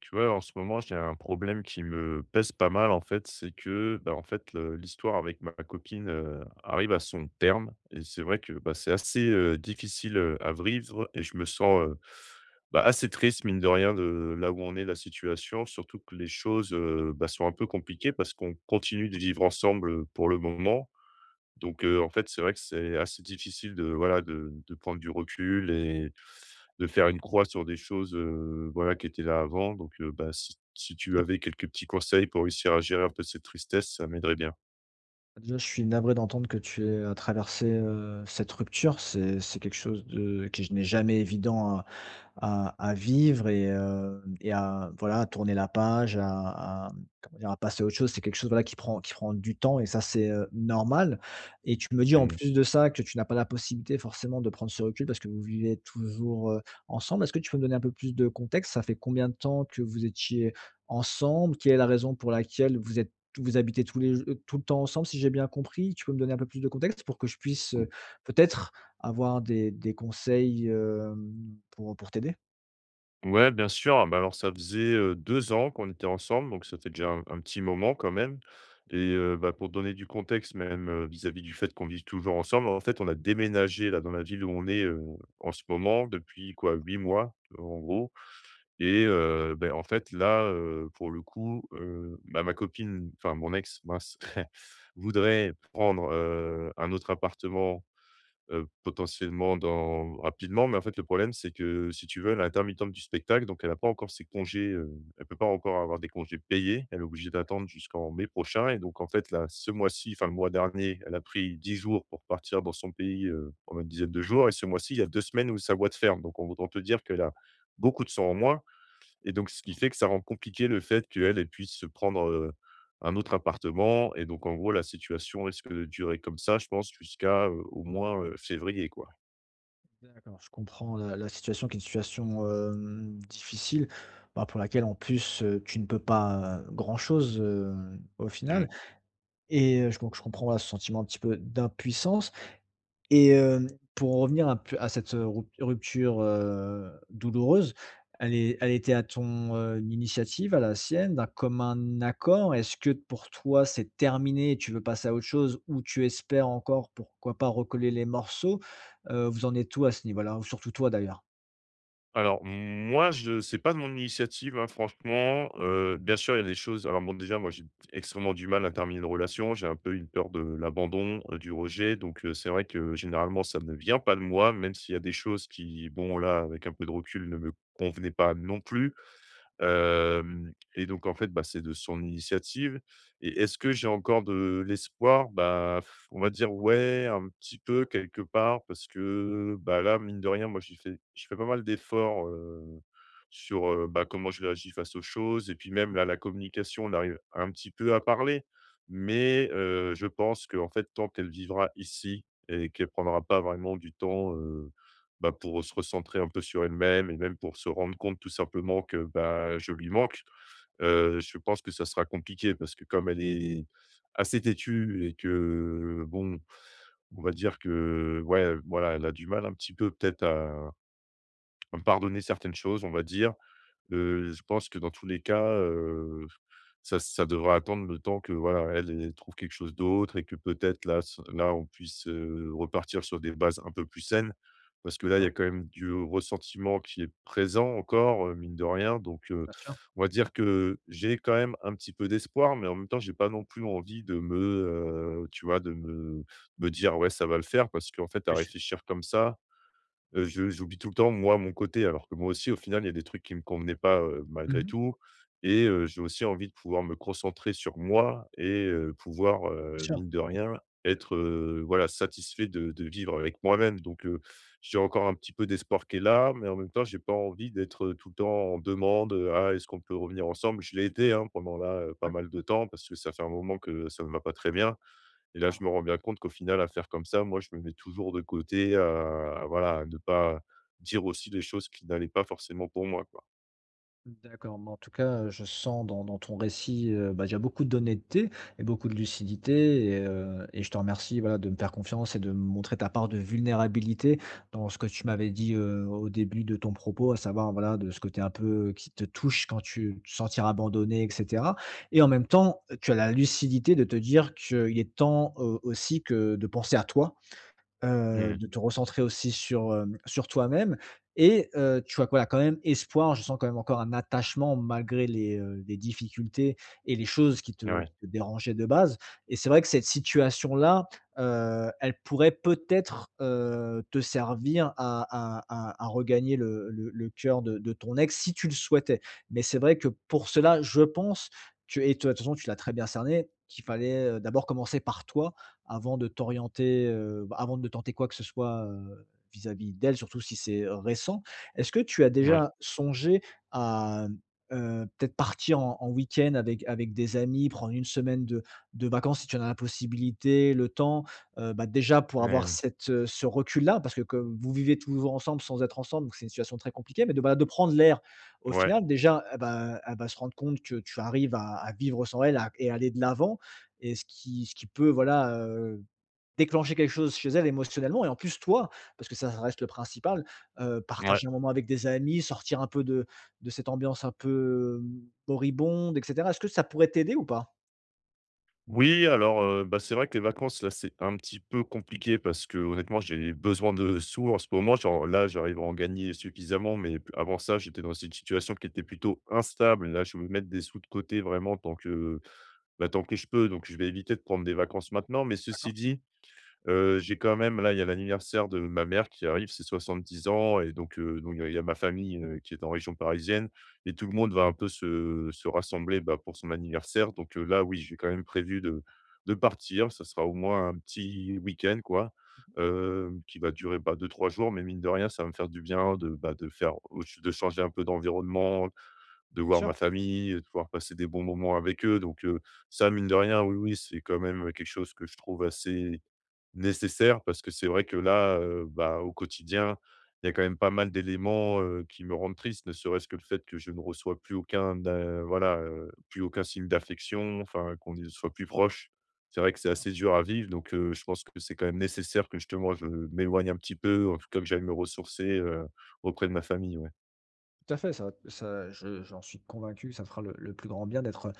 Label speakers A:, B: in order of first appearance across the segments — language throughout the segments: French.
A: Tu vois, en ce moment, j'ai un problème qui me pèse pas mal, en fait, c'est que, bah, en fait, l'histoire avec ma copine arrive à son terme. Et c'est vrai que bah, c'est assez difficile à vivre et je me sens bah, assez triste, mine de rien, de là où on est, la situation. Surtout que les choses bah, sont un peu compliquées parce qu'on continue de vivre ensemble pour le moment. Donc en fait, c'est vrai que c'est assez difficile de, voilà, de prendre du recul et de faire une croix sur des choses, voilà, qui étaient là avant. Donc bah, si tu avais quelques petits conseils pour réussir à gérer un peu cette tristesse, ça m'aiderait bien.
B: Déjà, je suis navré d'entendre que tu aies à traverser, cette rupture. C'est quelque chose de que je n'ai jamais évident à vivre et à voilà, à tourner la page, à comment dire? À passer à autre chose. C'est quelque chose, voilà, qui prend du temps et ça, c'est, normal et tu me dis, en
A: Mmh.
B: plus de ça, que tu n'as pas la possibilité forcément de prendre ce recul parce que vous vivez toujours, ensemble. Est-ce que tu peux me donner un peu plus de contexte? Ça fait combien de temps que vous étiez ensemble? Quelle est la raison pour laquelle vous êtes vous habitez tous les j tout le temps ensemble, si j'ai bien compris? Tu peux me donner un peu plus de contexte pour que je puisse,
A: Ou
B: peut-être avoir des conseils, pour t'aider.
A: ouais, bien sûr. Bah, alors, ça faisait, 2 ans qu'on était ensemble, donc ça fait déjà un petit moment quand même et bah, pour donner du contexte même, vis-à-vis du fait qu'on vit toujours ensemble, en fait, on a déménagé là dans la ville où on est, en ce moment depuis quoi? 8 mois, en gros. Et en fait là, pour le coup, bah, ma copine, enfin mon ex, mince, voudrait prendre, un autre appartement, potentiellement dans rapidement. Mais en fait, le problème, c'est que si tu veux, elle est intermittente du spectacle, donc elle n'a pas encore ses congés, elle peut pas encore avoir des congés payés. Elle est obligée d'attendre jusqu'en mai prochain et donc en fait là, ce mois-ci, enfin le mois dernier, elle a pris 10 jours pour partir dans son pays, pendant une dizaine de jours et ce mois-ci, il y a 2 semaines où ça boîte ferme. Donc on voudrait te dire qu'elle a beaucoup de sang en moins et donc ce qui fait que ça rend compliqué le fait qu'elle, elle puisse se prendre, un autre appartement et donc en gros la situation risque de durer comme ça, je pense jusqu'à, au moins, février, quoi.
B: D'accord. Je comprends la situation qui est une situation, difficile, bah, pour laquelle en plus, tu ne peux pas, grand chose, au
A: Mmh.
B: final et je comprends, voilà, ce sentiment un petit peu d'impuissance. Et pour en revenir un peu à cette, rupture, douloureuse, elle est elle était à ton, initiative, à la sienne, d'un commun accord? Est-ce que pour toi, c'est terminé et tu veux passer à autre chose ou tu espères encore, pourquoi pas, recoller les morceaux? Vous en êtes où à ce niveau-là? Ou surtout toi, d'ailleurs?
A: Alors moi je c'est pas de mon initiative, hein, franchement, bien sûr il y a des choses alors bon déjà moi j'ai extrêmement du mal à terminer une relation, j'ai un peu une peur de l'abandon, du rejet donc c'est vrai que généralement ça ne vient pas de moi, même s'il y a des choses qui bon là avec un peu de recul ne me convenaient pas non plus. Hem et donc en fait, bah, c'est de son initiative et est-ce que j'ai encore de l'espoir? Bah, on va dire ouais, un petit peu quelque part parce que, bah, là, mine de rien, moi, j'ai fait je fais pas mal d'efforts, sur, bah, comment je réagis face aux choses et puis même là, la communication, on arrive un petit peu à parler mais je pense que en fait, tant qu'elle vivra ici et qu'elle prendra pas vraiment du temps, bah, pour se recentrer un peu sur elle-même et même pour se rendre compte tout simplement que, bah, je lui manque, je pense que ça sera compliqué parce que comme elle est assez têtue et que, bon, on va dire que, ouais, voilà, elle a du mal un petit peu peut-être à me pardonner certaines choses, on va dire. Je pense que dans tous les cas, ça devrait attendre le temps que, voilà, elle, elle trouve quelque chose d'autre et que peut-être là on puisse, repartir sur des bases un peu plus saines. Parce que là, il y
B: D'accord,
A: a quand même du ressentiment qui est présent encore, mine de rien. Donc
B: bien sûr.
A: on va dire que j'ai quand même un petit peu d'espoir, mais en même temps, j'ai pas non plus envie de me, tu vois, de me me dire: «Ouais, ça va le faire» parce qu'en fait, à
B: Oui.
A: réfléchir comme ça, Je j'oublie tout le temps, moi, mon côté, alors que moi aussi, au final, il y a des trucs qui me convenaient pas, malgré
B: Mmh.
A: tout et j'ai aussi envie de pouvoir me concentrer sur moi et pouvoir,
B: Bien sûr,
A: mine de rien, être, voilà, satisfait de vivre avec moi-même donc j'ai encore un petit peu d'espoir qui est là, mais en même temps, j'ai pas envie d'être, tout le temps en demande, «Ah, est-ce qu'on peut revenir ensemble ?» Je l'ai été, hein, pendant là, pas
B: ouais.
A: mal de temps parce que ça fait un moment que ça ne va pas très bien et là, je me rends bien compte qu'au final, à faire comme ça, moi, je me mets toujours de côté, voilà, à ne pas dire aussi des choses qui n'allaient pas forcément pour moi, quoi.
B: D'accord, mais en tout cas, je sens dans ton récit, bah, déjà beaucoup d'honnêteté et beaucoup de lucidité et je te remercie, voilà, de me faire confiance et de me montrer ta part de vulnérabilité dans ce que tu m'avais dit, au début de ton propos, à savoir, voilà, de ce côté un peu qui te touche quand tu te sentir abandonné et cetera et en même temps, tu as la lucidité de te dire qu'il est temps, aussi que de penser à toi.
A: Mmh.
B: De te recentrer aussi sur, sur toi-même et tu as, voilà, quand même espoir. Je sens quand même encore un attachement malgré les difficultés et les choses qui te qui
A: Ouais.
B: te dérangeaient de base et c'est vrai que cette situation-là, elle pourrait peut-être, te servir à regagner le cœur de ton ex si tu le souhaitais. Mais c'est vrai que pour cela, je pense que et toi, de toute façon, tu l'as très bien cerné, qu'il fallait, d'abord commencer par toi avant de t'orienter, avant de tenter quoi que ce soit, vis-à-vis d'elle, surtout si c'est, récent. Est-ce que tu as
A: Ouais.
B: déjà songé à, peut-être partir en week-end avec des amis, prendre une semaine de vacances si tu en as la possibilité, le temps? Bah, déjà pour avoir
A: Mmh.
B: cette, ce recul-là, parce que comme vous vivez toujours ensemble sans être ensemble, donc c'est une situation très compliquée, mais de, bah, de prendre l'air au
A: Ouais.
B: final déjà, elle va se rendre compte que tu arrives à vivre sans elle à et aller de l'avant et ce qui peut, voilà, déclencher quelque chose chez elle émotionnellement et en plus toi, parce que ça reste le principal,
A: Ouais.
B: partager un moment avec des amis, sortir un peu de cette ambiance un peu, moribonde et cetera. Est-ce que ça pourrait t'aider ou pas?
A: Oui, alors, bah, c'est vrai que les vacances, là, c'est un petit peu compliqué parce que honnêtement, j'ai besoin de sous en ce moment. Genre là, j'arrive à en gagner suffisamment, mais p avant ça, j'étais dans une situation qui était plutôt instable. Là, je veux mettre des sous de côté vraiment tant que, bah, tant que je peux, donc je vais éviter de prendre des vacances maintenant. Mais ceci dit. J'ai quand même là, il y a l'anniversaire de ma mère qui arrive, c'est 70 ans et donc il y a ma famille, qui est en région parisienne et tout le monde va un peu se rassembler, bah, pour son anniversaire donc là, oui, j'ai quand même prévu de partir. Ça sera au moins un petit week-end, quoi, qui va durer, bah, 2 3 jours mais mine de rien, ça va me faire du bien de, bah, de changer un peu d'environnement, de
B: Bien
A: voir
B: sûr.
A: ma famille, de pouvoir passer des bons moments avec eux donc ça, mine de rien, oui, oui, c'est quand même quelque chose que je trouve assez nécessaire parce que c'est vrai que là, bah, au quotidien, il y a quand même pas mal d'éléments, qui me rendent triste, ne serait-ce que le fait que je ne reçois plus aucun da voilà, plus aucun signe d'affection, enfin qu'on ne soit plus proche. C'est vrai que c'est assez dur à vivre donc je pense que c'est quand même nécessaire que justement je m'éloigne un petit peu, en tout cas que j'aille me ressourcer, auprès de ma famille, ouais.
B: Tout à fait, ça ça je j'en suis convaincu, ça fera le plus grand bien d'être,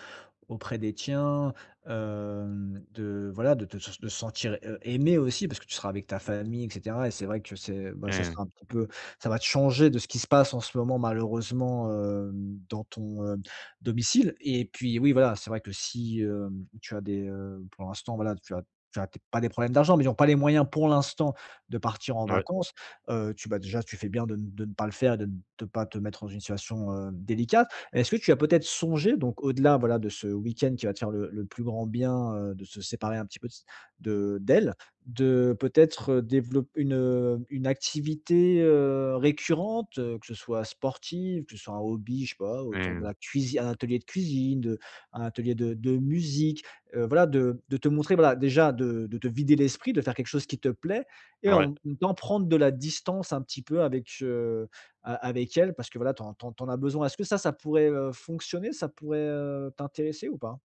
B: auprès des tiens, de voilà, de te de se sentir, aimé aussi parce que tu seras avec ta famille et cetera et c'est vrai que c'est bah, ça
A: Mmh.
B: sera un petit peu ça va te changer de ce qui se passe en ce moment malheureusement, dans ton, domicile et puis oui, voilà, c'est vrai que si, tu as des, pour l'instant, voilà, tu as peut pas des problèmes d'argent, mais ils ont pas les moyens pour l'instant de partir en
A: Ouais.
B: vacances tu bah, déjà, tu fais bien de ne pas le faire et de ne de pas te mettre dans une situation, délicate. Est-ce que tu as peut-être songé, donc au-delà, voilà, de ce week-end qui va te faire le plus grand bien, de se séparer un petit peu de d'elle, de peut-être, développe une activité, récurrente, que ce soit sportive, que ce soit un hobby, je sais pas, autour de
A: Mmh.
B: la cuisine, un atelier de cuisine, de un atelier de musique, voilà, de te montrer, voilà, déjà de te vider l'esprit, de faire quelque chose qui te plaît et
A: Ouais.
B: en même temps, prendre de la distance un petit peu avec, a avec elle parce que voilà, t'en en tu as besoin. Est-ce que ça pourrait, fonctionner? Ça pourrait, t'intéresser ou pas?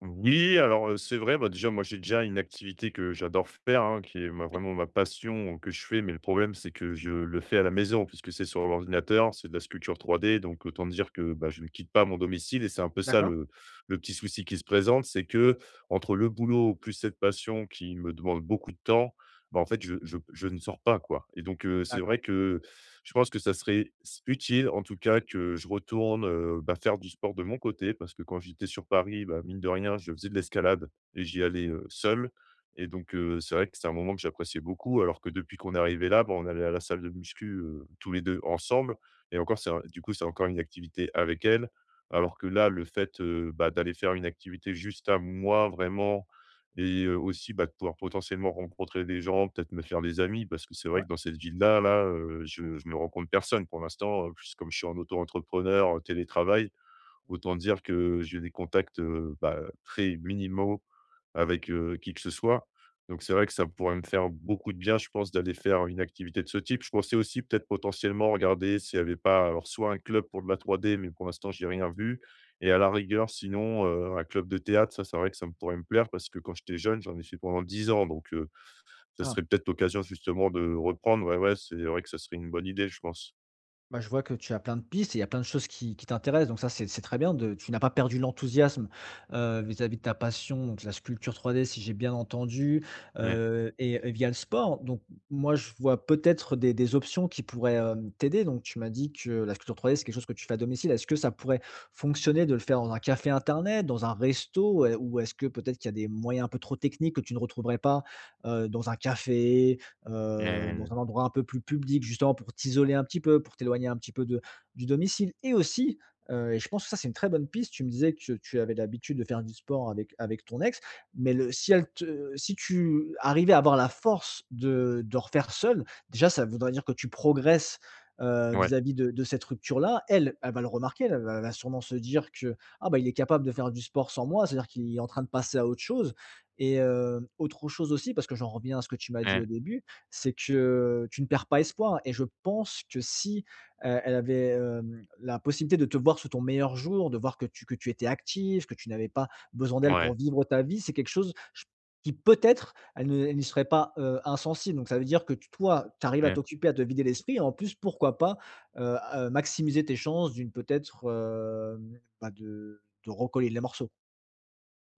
A: Oui, alors, c'est vrai, bah, déjà, moi, j'ai déjà une activité que j'adore faire, hein, qui est ma
B: Oui,
A: vraiment ma passion que je fais, mais le problème, c'est que je le fais à la maison puisque c'est sur l'ordinateur, c'est de la sculpture trois d donc autant dire que, bah, je ne quitte pas mon domicile et c'est un peu ça
B: d'accord,
A: le petit souci qui se présente, c'est que entre le boulot plus cette passion qui me demande beaucoup de temps, bah, en fait, je ne sors pas, quoi et donc c'est
B: d'accord.
A: vrai que je pense que ça serait s utile, en tout cas, que je retourne, bah, faire du sport de mon côté parce que quand j'étais sur Paris, bah, mine de rien, je faisais de l'escalade et j'y allais, seul et donc c'est vrai que c'est un moment que j'appréciais beaucoup alors que depuis qu'on est arrivé là, bah, on allait à la salle de muscu, tous les 2 ensemble et encore c'est un du coup, c'est encore une activité avec elle alors que là, le fait, bah, d'aller faire une activité juste à moi vraiment et aussi, bah, de pouvoir potentiellement rencontrer des gens, peut-être me faire des amis parce que c'est vrai que dans cette ville-là, là, je ne rencontre personne pour l'instant, puisque comme je suis en auto-entrepreneur, en télétravail, autant dire que j'ai des contacts, bah, très minimaux avec, qui que ce soit. Donc c'est vrai que ça pourrait me faire beaucoup de bien, je pense, d'aller faire une activité de ce type. Je pensais aussi peut-être potentiellement regarder s'il y avait pas alors soit un club pour de la 3D, mais pour l'instant j'ai rien vu et à la rigueur sinon, un club de théâtre, ça c'est vrai que ça me pourrait me plaire parce que quand j'étais jeune, j'en ai fait pendant 10 ans donc, ça
B: Ah.
A: serait peut-être l'occasion justement de reprendre. Ouais, ouais, c'est vrai que ça serait une bonne idée, je pense.
B: Bah, je vois que tu as plein de pistes et il y a plein de choses qui t'intéressent, donc ça, c'est très bien de tu n'as pas perdu l'enthousiasme, vis-à-vis de ta passion, donc la sculpture trois d si j'ai bien entendu,
A: Ouais,
B: et via le sport, donc moi, je vois peut-être des options qui pourraient, t'aider, donc tu m'as dit que la sculpture trois d c'est quelque chose que tu fais à domicile. Est-ce que ça pourrait fonctionner de le faire dans un café internet, dans un resto? Ou est-ce que peut-être qu'il y a des moyens un peu trop techniques que tu ne retrouverais pas, dans un café, dans un
A: hem,
B: endroit un peu plus public, justement pour t'isoler un petit peu, pour t'éloigner un petit peu de du domicile et aussi, et je pense que ça, c'est une très bonne piste, tu me disais que tu avais l'habitude de faire du sport avec ton ex, mais le si elle te si tu arrivais à avoir la force de refaire seul déjà ça voudrait dire que tu progresses,
A: ouais,
B: vis-à-vis de cette rupture-là. Elle, elle va le remarquer, elle va sûrement se dire que: «Ah bah, il est capable de faire du sport sans moi», c'est-à-dire qu'il est en train de passer à autre chose et autre chose aussi, parce que j'en reviens à ce que tu m'as dit
A: ouais,
B: au début, c'est que tu ne perds pas espoir et je pense que si, elle avait, la possibilité de te voir sous ton meilleur jour, de voir que tu étais active, que tu n'avais pas besoin
A: ouais,
B: d'elle pour
A: ouais.
B: vivre ta vie, c'est quelque chose j qui peut-être elle n'y serait pas, insensible. Donc ça veut dire que t toi, tu arrives à t'occuper, à te vider l'esprit et en plus, pourquoi pas, maximiser tes chances d'une peut-être, bah, de recoller les morceaux.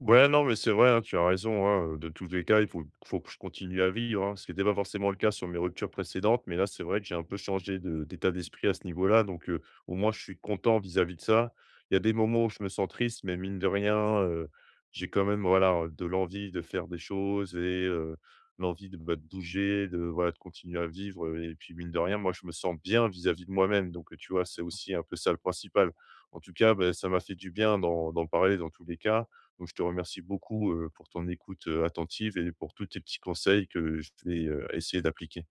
A: Ouais, non, mais c'est vrai, hein, tu as raison, hein, de tous les cas, il faut que je continue à vivre, hein, ce qui était pas forcément le cas sur mes ruptures précédentes, mais là, c'est vrai que j'ai un peu changé de d'état d'esprit à ce niveau-là, donc au moins, je suis content vis-à-vis de ça. Il y a des moments où je me sens triste, mais mine de rien, heu, j'ai quand même, voilà, de l'envie de faire des choses et l'envie de, bah, de bouger, de, voilà, de continuer à vivre, et puis, mine de rien, moi, je me sens bien vis-à-vis de moi-même, donc tu vois, c'est aussi un peu ça le principal. En tout cas, bah, ça m'a fait du bien d'en parler dans tous les cas. Donc je te remercie beaucoup, pour ton écoute, attentive et pour tous tes petits conseils que je vais, essayer d'appliquer.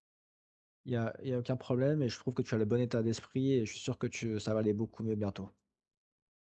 B: Il y a aucun problème et je trouve que tu as le bon état d'esprit et je suis sûr que tu ça va aller beaucoup mieux bientôt.